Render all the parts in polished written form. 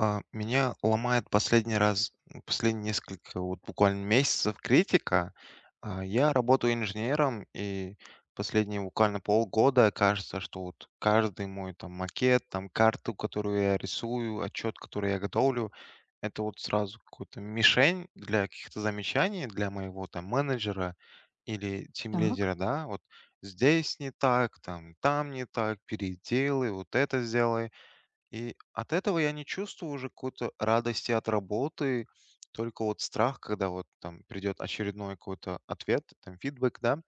Меня ломает последний раз, последние несколько вот буквально месяцев критика. Я работаю инженером, и последние буквально полгода кажется, что вот каждый мой там макет, там карту, которую я рисую, отчет, который я готовлю, это вот сразу какую-то мишень для каких-то замечаний, для моего там менеджера или Так, тимлидера, да, вот здесь не так, там, там не так, переделай, вот это сделай. И от этого я не чувствую уже какой-то радости от работы, только вот страх, когда вот там придет очередной какой-то ответ, там фидбэк, да,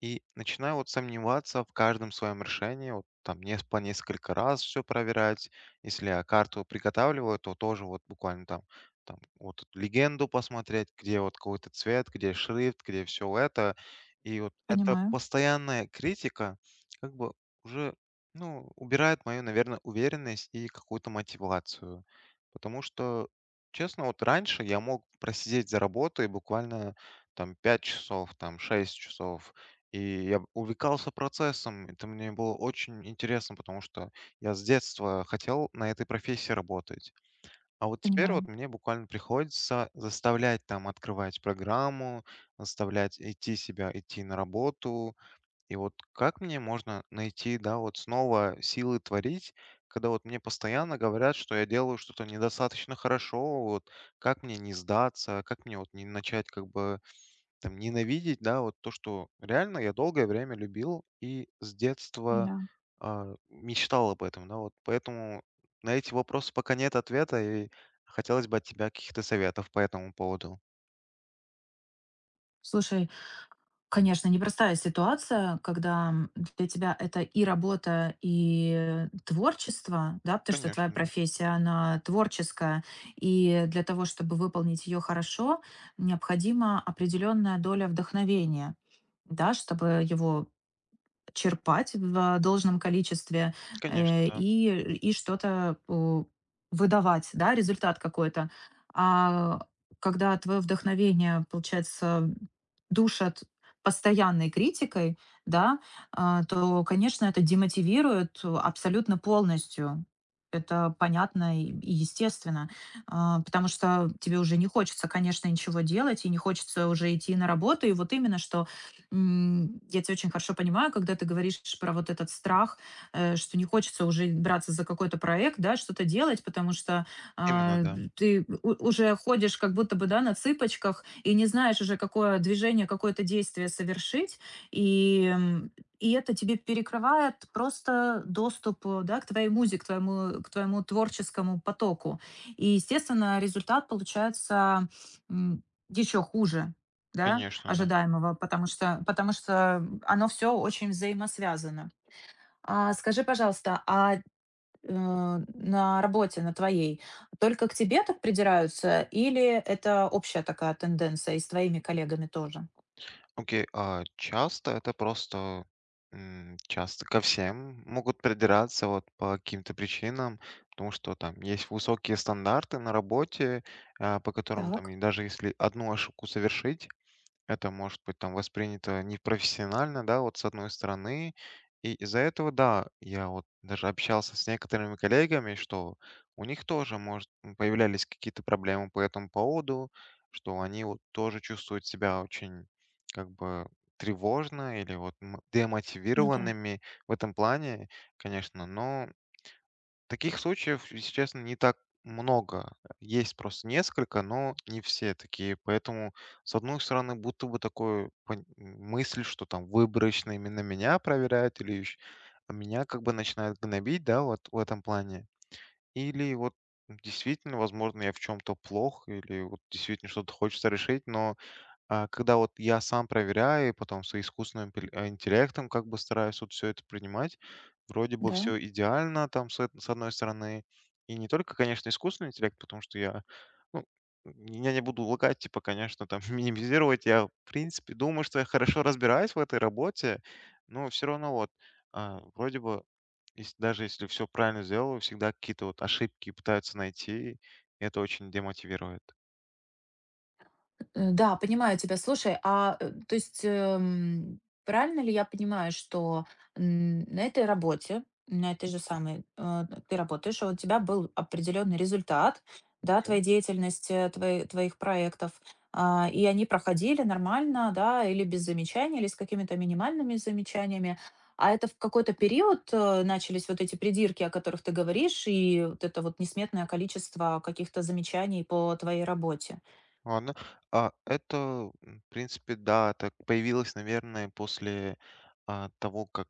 и начинаю вот сомневаться в каждом своем решении, вот там по несколько раз все проверять. Если я карту приготавливаю, то тоже вот буквально там, там вот эту легенду посмотреть, где вот какой-то цвет, где шрифт, где все это. И вот эта понимаю, постоянная критика как бы уже, ну, убирает мою, наверное, уверенность и какую-то мотивацию. Потому что, честно, вот раньше я мог просидеть за работой буквально там 5 часов, там 6 часов, и я увлекался процессом. Это мне было очень интересно, потому что я с детства хотел на этой профессии работать. А вот теперь понимаю, вот мне буквально приходится заставлять там открывать программу, заставлять идти себя, идти на работу. И вот как мне можно найти, да, вот снова силы творить, когда вот мне постоянно говорят, что я делаю что-то недостаточно хорошо, вот как мне не сдаться, как мне вот не начать как бы там ненавидеть, да, вот то, что реально я долгое время любил и с детства, да. Мечтал об этом, да, вот. Поэтому на эти вопросы пока нет ответа, и хотелось бы от тебя каких-то советов по этому поводу. Слушай, конечно, непростая ситуация, когда для тебя это и работа, и творчество, да, потому что твоя Конечно, да. профессия, она творческая, и для того, чтобы выполнить ее хорошо, необходима определенная доля вдохновения, да, чтобы его черпать в должном количестве, Конечно, да. и что-то, выдавать, да, результат какой-то. А когда твое вдохновение, получается, душат постоянной критикой, да, то, конечно, это демотивирует абсолютно полностью. Это понятно и естественно, потому что тебе уже не хочется, конечно, ничего делать, и не хочется уже идти на работу. И вот именно что я тебя очень хорошо понимаю, когда ты говоришь про вот этот страх, что не хочется уже браться за какой-то проект, да, что-то делать, потому что, Именно, а, да. ты у уже ходишь как будто бы, да, на цыпочках и не знаешь уже, какое движение, какое-то действие совершить. И, м, и это тебе перекрывает просто доступ, да, к твоей музе, к твоему творческому потоку. И, естественно, результат получается, еще хуже, да Конечно, да. ожидаемого, потому что оно все очень взаимосвязано. А скажи, пожалуйста, на работе, на твоей, только к тебе так придираются, или это общая такая тенденция и с твоими коллегами тоже? Окей, а часто это просто, часто ко всем могут придираться вот по каким-то причинам, потому что там есть высокие стандарты на работе, по которым там Так, и даже если одну ошибку совершить, это может быть там воспринято непрофессионально, да, вот с одной стороны. И из-за этого, да, я вот даже общался с некоторыми коллегами, что у них тоже, может, появлялись какие-то проблемы по этому поводу, что они вот тоже чувствуют себя очень как бы тревожно или вот ну да, демотивированными в этом плане, конечно, но таких случаев, если честно, не так много. Есть просто несколько, но не все такие. Поэтому, с одной стороны, будто бы такой мысль, что там выборочно именно меня проверяют или ещё меня как бы начинают гнобить, да, вот в этом плане. Или вот действительно, возможно, я в чем-то плох или вот действительно что-то хочется решить, но а когда вот я сам проверяю, и потом с искусственным интеллектом как бы стараюсь вот все это принимать, вроде бы да. все идеально там с, с одной стороны, и не только, конечно, искусственный интеллект, потому что я, ну, н- я не буду лгать, типа, конечно, там минимизировать, я, в принципе, думаю, что я хорошо разбираюсь в этой работе, но все равно вот, вроде бы, даже если все правильно сделаю, всегда какие-то вот ошибки пытаются найти, и это очень демотивирует. Да, понимаю тебя. Слушай, правильно ли я понимаю, что, на этой работе, на этой же самой, ты работаешь, а у тебя был определенный результат, да, твоей деятельности, твоих проектов, и они проходили нормально, да, или без замечаний, или с какими-то минимальными замечаниями. А это в какой-то период, начались вот эти придирки, о которых ты говоришь, и вот это вот несметное количество каких-то замечаний по твоей работе? Ладно. А это, в принципе, да, так появилось, наверное, после того, как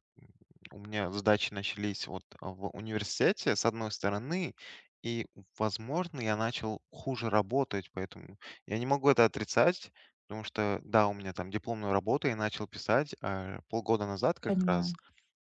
у меня задачи начались вот в университете, с одной стороны, и, возможно, я начал хуже работать, поэтому я не могу это отрицать, потому что, да, у меня там дипломную работу я начал писать полгода назад как раз, Понимаю.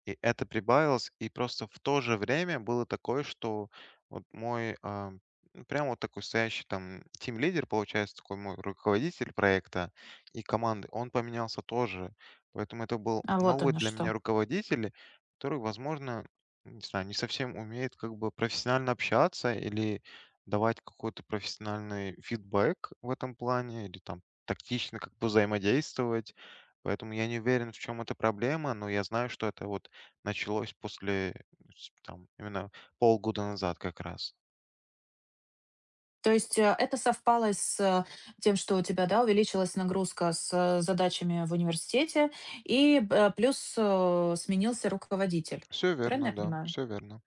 и это прибавилось, и просто в то же время было такое, что вот мой, ну, прям вот такой стоящий там тим-лидер, получается, такой мой руководитель проекта и команды, он поменялся тоже. Поэтому это был А вот новый оно для меня что. руководитель, который, возможно, не знаю, не совсем умеет как бы профессионально общаться или давать какой-то профессиональный фидбэк в этом плане, или там тактично как бы взаимодействовать. Поэтому я не уверен, в чем эта проблема, но я знаю, что это вот началось после, с там, именно полгода назад как раз. То есть, это совпало с, тем, что у тебя, да, увеличилась нагрузка с, задачами в университете и, плюс, сменился руководитель. Все Правильно верно, я да, понимаю? все верно.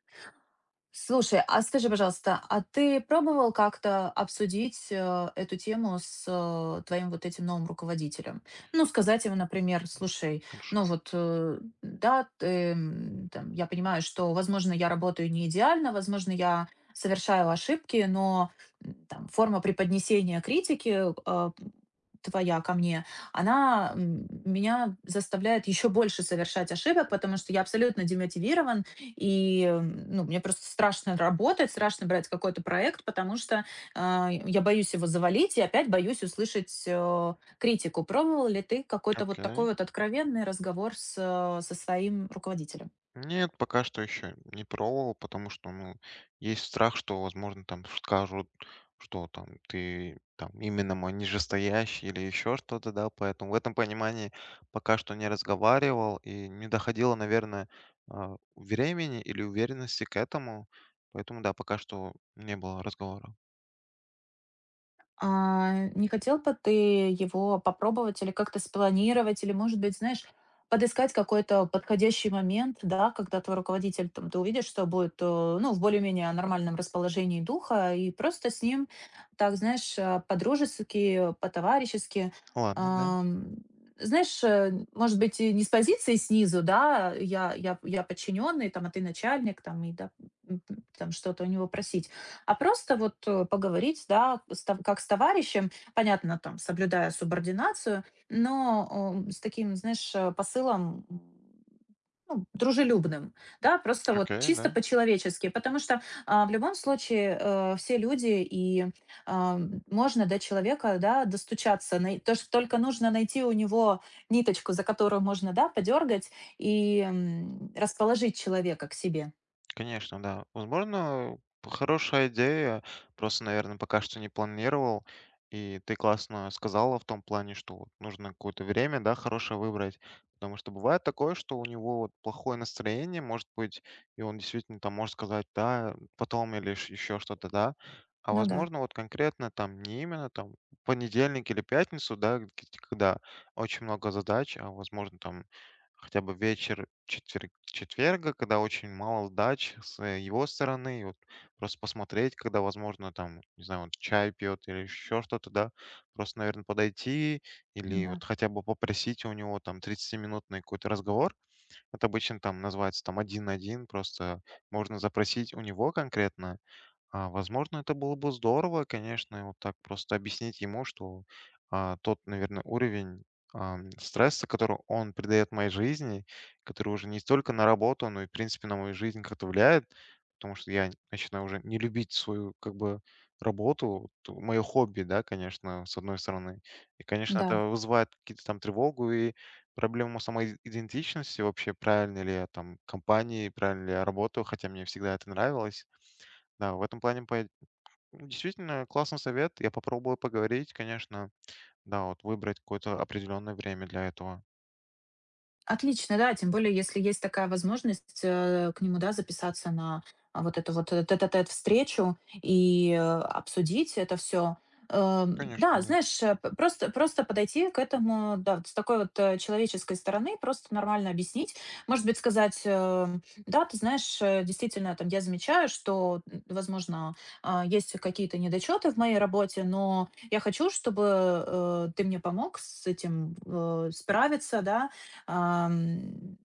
Слушай, а скажи, пожалуйста, а ты пробовал как-то обсудить эту тему с твоим вот этим новым руководителем? Ну, сказать ему, например, слушай, Хорошо. ну вот, да, ты, я понимаю, что, возможно, я работаю не идеально, возможно, я совершаю ошибки, но форма преподнесения критики э, твоя ко мне, она меня заставляет еще больше совершать ошибок, потому что я абсолютно демотивирован, и, ну, мне просто страшно работать, страшно брать какой-то проект, потому что я боюсь его завалить и опять боюсь услышать, критику. Пробовал ли ты какой-то вот Окей. такой вот откровенный разговор с, со своим руководителем? Нет, пока что еще не пробовал, потому что, ну, есть страх, что, возможно, там скажут, что там ты там именно мой нижестоящий или еще что-то, да. Поэтому в этом понимании пока что не разговаривал и не доходило, наверное, времени или уверенности к этому. Поэтому да, пока что не было разговора. Не хотел бы ты его попробовать или как-то спланировать, или, может быть, знаешь, подыскать какой-то подходящий момент, да, когда твой руководитель, там, ты увидишь, что будет, ну, в более-менее нормальном расположении духа, и просто с ним, так, знаешь, по-дружески, по-товарищески, Ладно, да. ам, знаешь, может быть, и не с позиции снизу, да, я подчиненный, там, а ты начальник, там, и да, там что-то у него просить, а просто вот, поговорить, да, с тов как с товарищем, понятно, там, соблюдая субординацию, но, с таким, знаешь, посылом, ну, дружелюбным, да, просто вот Окей, чисто да. по-человечески. Потому что в любом случае, все люди, и, можно до человека, да, достучаться. Най то, что только нужно найти у него ниточку, за которую можно, да, подергать и расположить человека к себе. Конечно, да. Возможно, хорошая идея. Просто, наверное, пока что не планировал. И ты классно сказала в том плане, что вот нужно какое-то время, да, хорошее выбрать. Потому что бывает такое, что у него вот плохое настроение, может быть, и он действительно там может сказать, да, потом или еще что-то, да. А Ну да, возможно, вот конкретно там не именно там понедельник или пятницу, да, когда очень много задач, а возможно там хотя бы вечер четверга, когда очень мало дач с его стороны. И вот просто посмотреть, когда, возможно, там, не знаю, он чай пьет или еще что-то, да. Просто, наверное, подойти или да, вот хотя бы попросить у него там 30-минутный какой-то разговор. Это обычно там называется там один на один. Просто можно запросить у него конкретно, возможно, это было бы здорово, конечно, и вот так просто объяснить ему, что, тот, наверное, уровень, стресса, который он придает моей жизни, который уже не столько на работу, но и, в принципе, на мою жизнь как-то влияет, потому что я начинаю уже не любить свою, как бы, работу, мое хобби, да, конечно, с одной стороны. И, конечно, это да. вызывает какие-то там тревогу и проблему самой идентичности вообще, правильно ли я там компании, правильно ли я работаю, хотя мне всегда это нравилось. Да, в этом плане, ну, действительно, классный совет. Я попробую поговорить, конечно. Да, вот выбрать какое-то определенное время для этого. Отлично, да, тем более, если есть такая возможность, к нему, да, записаться на вот эту вот тет-а-тет встречу и обсудить это все. Конечно, Да, да. знаешь, просто, просто подойти к этому, да, вот с такой вот человеческой стороны, просто нормально объяснить. Может быть, сказать, да, ты знаешь, действительно, там, я замечаю, что, возможно, есть какие-то недочеты в моей работе, но я хочу, чтобы ты мне помог с этим справиться, да, Ам,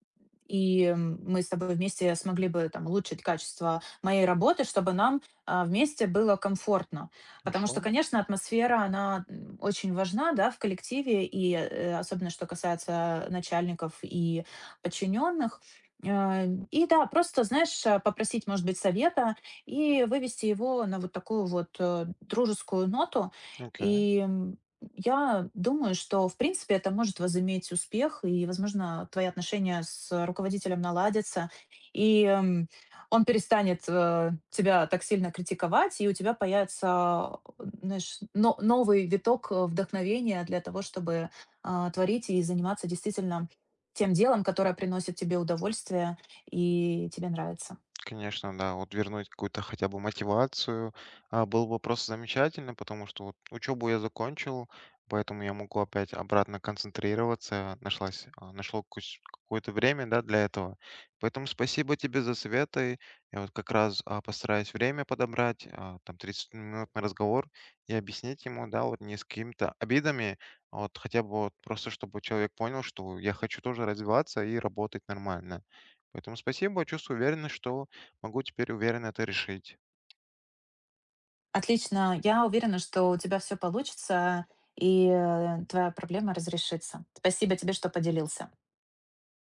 мы с тобой вместе смогли бы там улучшить качество моей работы, чтобы нам, вместе было комфортно. Потому Хорошо. что, конечно, атмосфера, она, очень важна, да, в коллективе, и, особенно что касается начальников и подчиненных. И да, просто, знаешь, попросить, может быть, совета и вывести его на вот такую вот, дружескую ноту. Окей. И, м, я думаю, что, в принципе, это может возыметь успех, и, возможно, твои отношения с руководителем наладятся, и, он перестанет, тебя так сильно критиковать, и у тебя появится, знаешь, но новый виток, вдохновения для того, чтобы творить и заниматься действительно тем делом, которое приносит тебе удовольствие и тебе нравится. Конечно, да. Вот вернуть какую-то хотя бы мотивацию, было бы просто замечательно, потому что вот учебу я закончил, поэтому я могу опять обратно концентрироваться. Нашлась, какое-то время, да, для этого. Поэтому спасибо тебе за советы. Я вот как раз, постараюсь время подобрать, там 30-минутный разговор и объяснить ему, да, вот не с какими-то обидами, а вот хотя бы вот просто, чтобы человек понял, что я хочу тоже развиваться и работать нормально. Поэтому спасибо, чувствую уверенность, что могу теперь уверенно это решить. Отлично. Я уверена, что у тебя все получится и, твоя проблема разрешится. Спасибо тебе, что поделился.